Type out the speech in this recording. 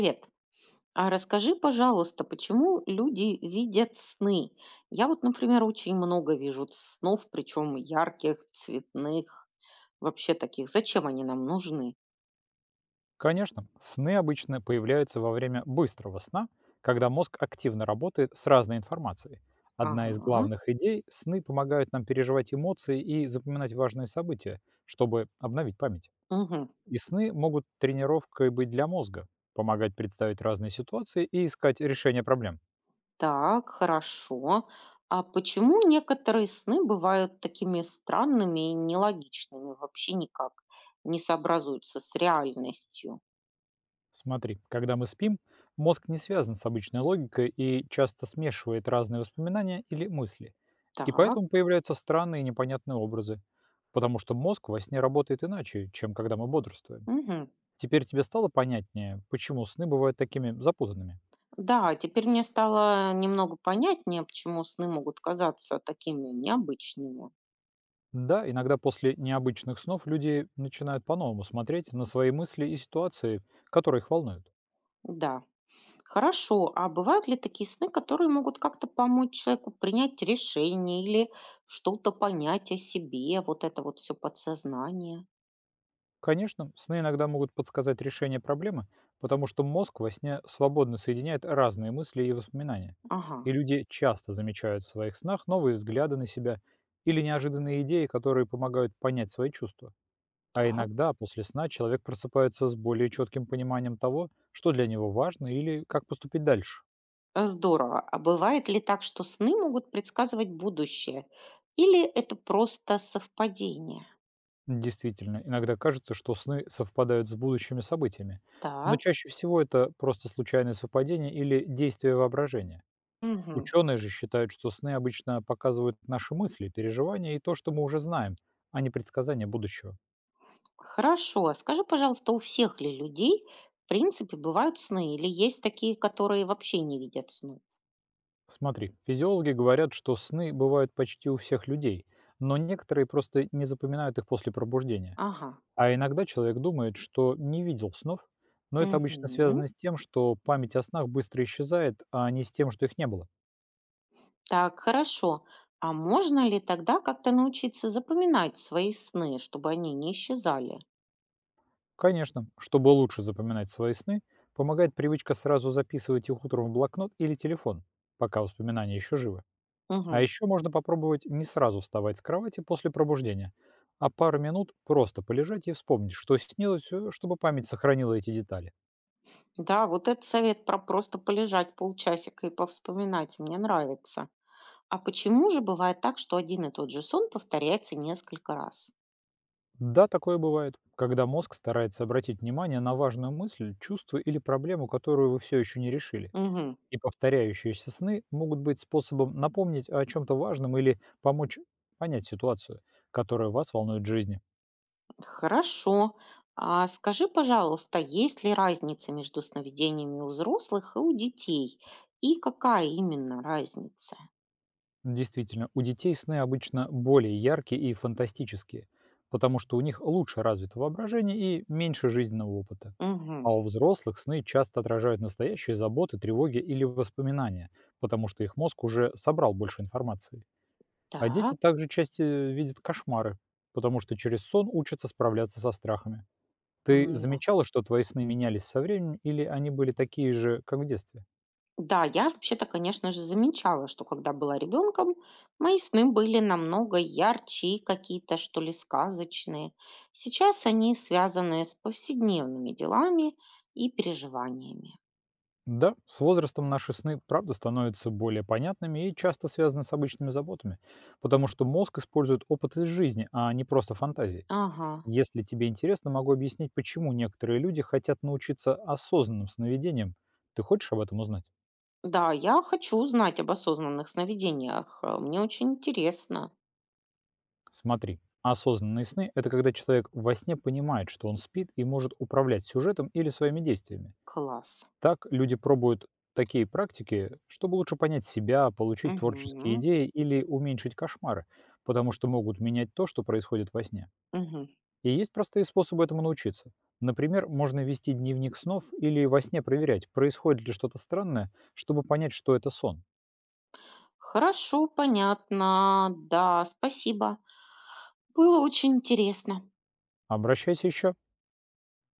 Привет. А расскажи, пожалуйста, почему люди видят сны? Я вот, например, очень много вижу снов, причем ярких, цветных, вообще таких. Зачем они нам нужны? Конечно, сны обычно появляются во время быстрого сна, когда мозг активно работает с разной информацией. Одна из Ага. главных идей– сны помогают нам переживать эмоции и запоминать важные события, чтобы обновить память. Мгм. И сны могут тренировкой быть для мозга, помогать представить разные ситуации и искать решение проблем. Так, хорошо. А почему некоторые сны бывают такими странными и нелогичными, вообще никак не сообразуются с реальностью? Смотри, когда мы спим, мозг не связан с обычной логикой и часто смешивает разные воспоминания или мысли. И Так. поэтому появляются странные и непонятные образы, потому что мозг во сне работает иначе, чем когда мы бодрствуем. Мгм. Теперь тебе стало понятнее, почему сны бывают такими запутанными? Да, теперь мне стало немного понятнее, почему сны могут казаться такими необычными. Да, иногда после необычных снов люди начинают по-новому смотреть на свои мысли и ситуации, которые их волнуют. Да. Хорошо. А бывают ли такие сны, которые могут как-то помочь человеку принять решение или что-то понять о себе, вот это вот все подсознание? Конечно, сны иногда могут подсказать решение проблемы, потому что мозг во сне свободно соединяет разные мысли и воспоминания. Ага, И люди часто замечают в своих снах новые взгляды на себя или неожиданные идеи, которые помогают понять свои чувства. А так. иногда после сна человек просыпается с более четким пониманием того, что для него важно или как поступить дальше. Здорово. А бывает ли так, что сны могут предсказывать будущее? Или это просто совпадение? Действительно, иногда кажется, что сны совпадают с будущими событиями, но Так. чаще всего это просто случайное совпадение или действие воображения. Мгм. Ученые же считают, что сны обычно показывают наши мысли, переживания и то, что мы уже знаем, а не предсказания будущего. Хорошо. Скажи, пожалуйста, у всех ли людей, в принципе, бывают сны? Или есть такие, которые вообще не видят сну? Смотри, физиологи говорят, что сны бывают почти у всех людей, но некоторые просто не запоминают их после пробуждения. Ага. А иногда человек думает, что не видел снов, но это обычно Мгм. связано с тем, что память о снах быстро исчезает, а не с тем, что их не было. Так, хорошо. А можно ли тогда как-то научиться запоминать свои сны, чтобы они не исчезали? Конечно, чтобы лучше запоминать свои сны, помогает привычка сразу записывать их утром в блокнот или телефон, пока воспоминания еще живы. А Мгм. еще можно попробовать не сразу вставать с кровати после пробуждения, а пару минут просто полежать и вспомнить, что снилось, чтобы память сохранила эти детали. Да, вот этот совет про просто полежать полчасика и повспоминать мне нравится. А почему же бывает так, что один и тот же сон повторяется несколько раз? Да, такое бывает, когда мозг старается обратить внимание на важную мысль, чувство или проблему, которую вы все еще не решили. Мгм. И повторяющиеся сны могут быть способом напомнить о чем-то важном или помочь понять ситуацию, которая вас волнует в жизни. Хорошо. А скажи, пожалуйста, есть ли разница между сновидениями у взрослых и у детей? И какая именно разница? Действительно, у детей сны обычно более яркие и фантастические, потому что у них лучше развито воображение и меньше жизненного опыта. Мгм. А у взрослых сны часто отражают настоящие заботы, тревоги или воспоминания, потому что их мозг уже собрал больше информации. А Так, дети также часто видят кошмары, потому что через сон учатся справляться со страхами. Ты да. замечала, что твои сны менялись со временем или они были такие же, как в детстве? Да, я вообще-то, конечно же, замечала, что когда была ребенком, мои сны были намного ярче и какие-то, что ли, сказочные. Сейчас они связаны с повседневными делами и переживаниями. Да, с возрастом наши сны, правда, становятся более понятными и часто связаны с обычными заботами, потому что мозг использует опыт из жизни, а не просто фантазии. Ага. Если тебе интересно, могу объяснить, почему некоторые люди хотят научиться осознанным сновидениям. Ты хочешь об этом узнать? Да, я хочу узнать об осознанных сновидениях. Мне очень интересно. Смотри, осознанные сны– это когда человек во сне понимает, что он спит и может управлять сюжетом или своими действиями. Класс. Так люди пробуют такие практики, чтобы лучше понять себя, получить творческие Мгм. идеи или уменьшить кошмары, потому что могут менять то, что происходит во сне. Мгм. И есть простые способы этому научиться. Например, можно вести дневник снов или во сне проверять, происходит ли что-то странное, чтобы понять, что это сон. Хорошо, понятно. Да, спасибо. Было очень интересно. Обращайся еще.